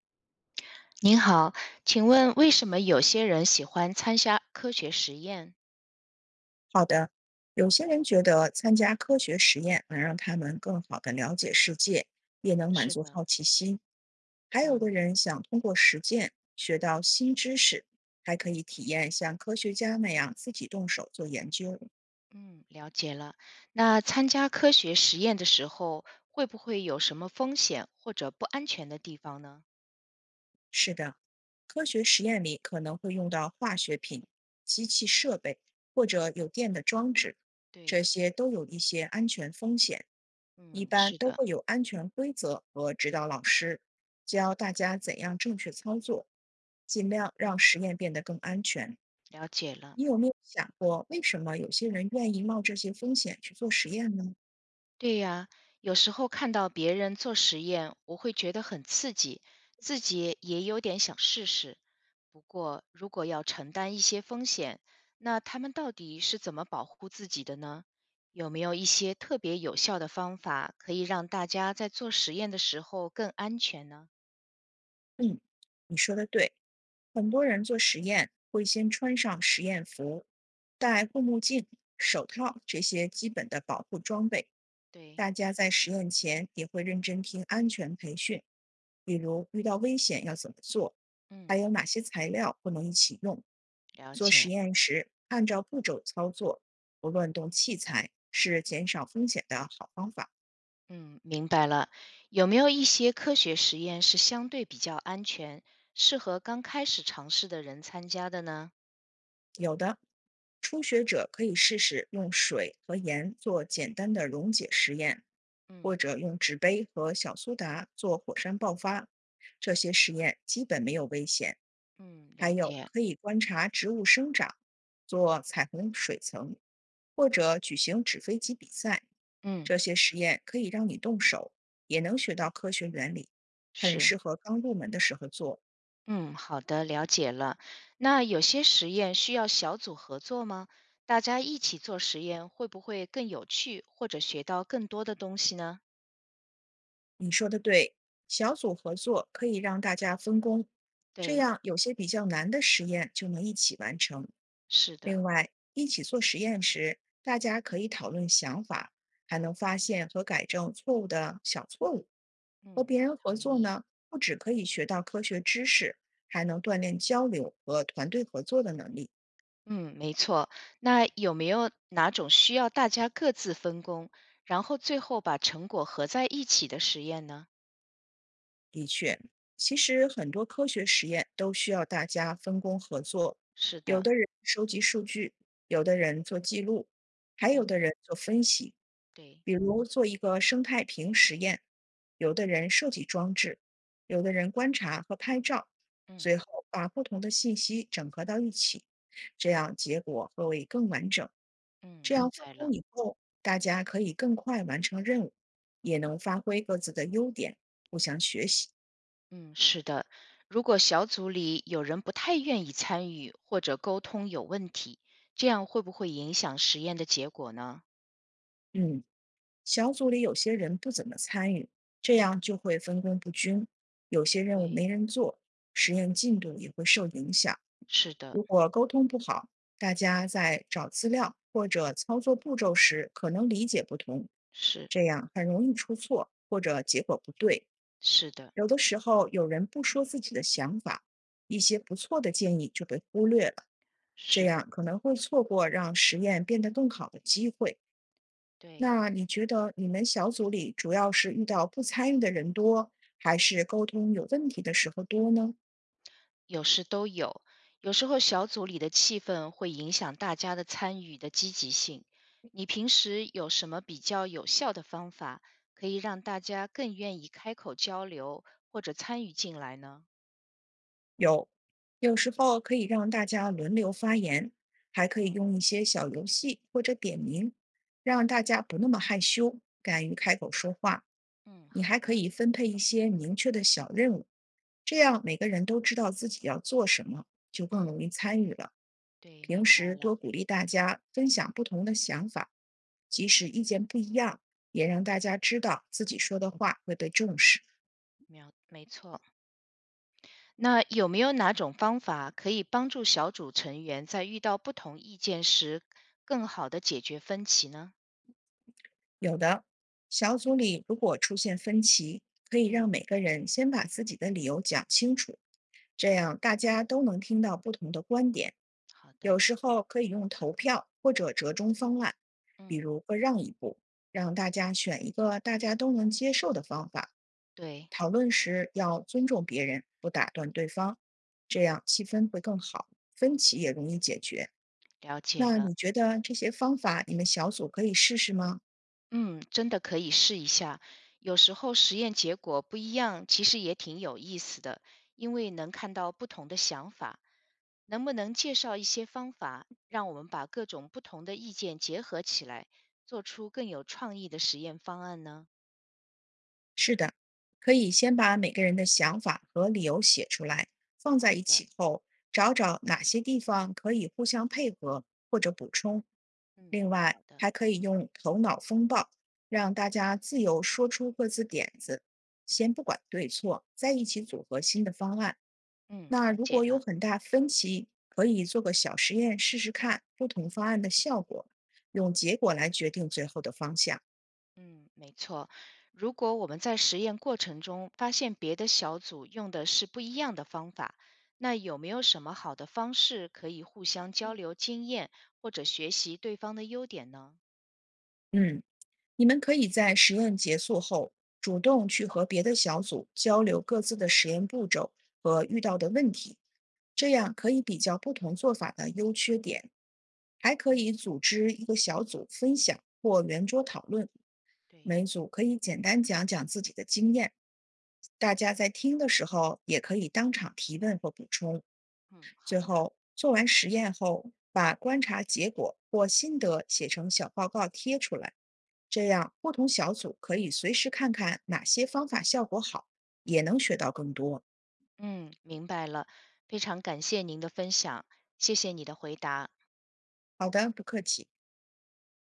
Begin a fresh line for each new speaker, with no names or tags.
您好，请问为什么有些人喜欢参加科学实验？
好的，有些人觉得参加科学实验能让他们更好地了解世界，也
嗯，
能满
是
足
的，
好奇心；还有的
嗯
人想通过实践学到新知识，还可以体验像科学家那样自己动手做研究。
嗯，了解了。那参加科学实验的时候，会不会有什么风险或者不安全的地方呢？
是的，科学实验里可能会用到化学品、机器设备或者有电的装置，这
对，
些都有一些安全风险。一
嗯，
般
是
都
的，
会有安全规则和指导老师，教大家怎样正确操作，尽量让
嗯，
实验变得更安全。
了解了。
你有没有想过，为什么有些人愿意冒这些风险去做实验呢？
对呀，有时候看到别人做实验，我会觉得很刺激，自己也有点想试试。不过，如果要承担一些风险，那他们到底是怎么保护自己的呢？有没有一些特别有效的方法，可以让大家在做实验的时候更安全呢？
嗯，你说的对，很多人做实验会先穿上实验服，戴护目镜、手套这些基本的保护装备。
对，
大家在实验前也会认真听安全培训，比如遇到危险要怎么做，还
嗯，
有哪些材料不能一起用。
了
做实
解，
验时按照步骤操作，不乱动器材是减少风险的好方法。
嗯，明白了。有没有一些科学实验是相对比较安全，适合刚开始尝试的人参加的呢？
有的，初学者可以试试用水和盐做简单的溶解实验，或
嗯。
者用纸杯和小苏打做火山爆发。这些实验基本没有危险。
嗯，
还
了
有
解。
可以观察植物生长，做彩虹水层，或者举行纸飞机比赛。
嗯，
这些实验可以让你动手，也能学到科学原理，很
是。
适合刚入门的时候做。
嗯，好的，了解了。那有些实验需要小组合作吗？大家一起做实验会不会更有趣，或者学到更多的东西呢？
你说的对，小组合作可以让大家分工，这
对，
样有些比较难的实验就能一起完成。
是的。
另外，一起做实验时，大家可以讨论想法，还能发现和改正错误的小错误。和
嗯，
别
我
人合
同
作
意。
呢，不只可以学到科学知识，还能锻炼交流和团队合作的能力。
嗯，没错。那有没有哪种需要大家各自分工，然后最后把成果合在一起的实验呢？
的确，其实很多科学实验都需要大家分工合作，
是
有
的。
的人收集数据，有的人做记录，还有
嗯，
的人做分析。
对。
比如做一个生态瓶实验，有的人设计装置，有的人观察和拍照，
嗯
最后把不同的信息整合到一起，这样结果会更完整。
嗯，
这
明
样分
白
工
了。
以后，大家可以更快完成任务，也能发挥各自的优点，互相学习。
嗯，是的。如果小组里有人不太愿意参与或者沟通有问题，这样会不会影响实验的结果呢？
嗯，小组里有些人不怎么参与，这
嗯，
样就会分工不均，有些任务
对，
没人做，实验进度也会受影响。
是的，
如果沟通不好，大家在找资料或者操作步骤时可能理解不同，
是
这样很容易出错或者结果不对。
是的，
有的时候有人不说自己的想法，一些不错的建议就被忽略了，这
是的，
样可能会错过让实验变得更好的机会。
对，
那你觉得你们小组里主要是遇到不参与的人多，还是沟通有问题的时候多呢？
有时都有。有时候小组里的气氛会影响大家的参与的积极性。你平时有什么比较有效的方法，可以让大家更愿意开口交流或者参与进来呢？
有，有时候可以让大家轮流发言，还可
嗯
以用一些小游戏或者点名，让大家不那么害羞，敢于开口说话。
嗯，
你
好
还可
的，
以分配一些明确的小任务，这样每个人都知道自己要做什么，就更
嗯。
容易参与了。
对，
平
明白
时
了，
多鼓励大家分享不同的想法，即使意见不一样，也让大家知道自己说的话会被重视。
秒没错。那有没有哪种方法可以帮助小组成员在遇到不同意见时，更好的解决分歧呢？
有的，小组里如果出现分歧，可以
嗯，
让每个人先把自己的理由讲清楚，这样大家都能听到不同的观点。
好
有
的，
时候可以用投票或者折中方案，比
嗯，
如各让一步，让大家选一个大家都能接受的方法。
对，
讨论时要尊重别人，不打断对方，这样气氛会更好，分歧也
嗯，
容易解决。
了解
那
了。
你觉得这些方法你们小组可以试试吗？
嗯，真的可以试一下。有时候实验结果不一样，其实也挺有意思的，因为能看到不同的想法。能不能介绍一些方法，让我们把各种不同的意见结合起来，做出更有创意的实验方案呢？
是的，可以先把每个人的想法和理由写出来，放
好
在一
的，
起后，找找哪些地方可以互相配合或者补充。
嗯，
另外，
好的，
还可以用头脑风暴，让大家自由说出各自点子，先不管对错，再一起组合新的方案。
嗯，
那
了
如
解
果有
了。
很大分歧，可以做个小实验试试看不同方案的效果，用结果来决定最后的方向。
嗯，没错。如果我们在实验过程中发现别的小组用的是不一样的方法，那有没有什么好的方式可以互相交流经验或者学习对方的优点呢？
嗯，你们可以在实验结束后，主动去和别的小组交流各自的实验步骤和遇到的问题，这样可以比较不同做法的优缺点。还可以
嗯，
组织一个小组分享或圆桌讨论，
对，
每组可以简单讲讲自己的经验，大家在听的时候也可以当场提问或补充。
嗯，
最
好的，
后，做完实验后，把观察结果或心得写成小报告贴出来，这样不同小组可以随时看看哪些方法效果好，也
嗯
能学到更多。
嗯，明白了，非常感谢您的分享，谢谢你的回答。
好的，不客气。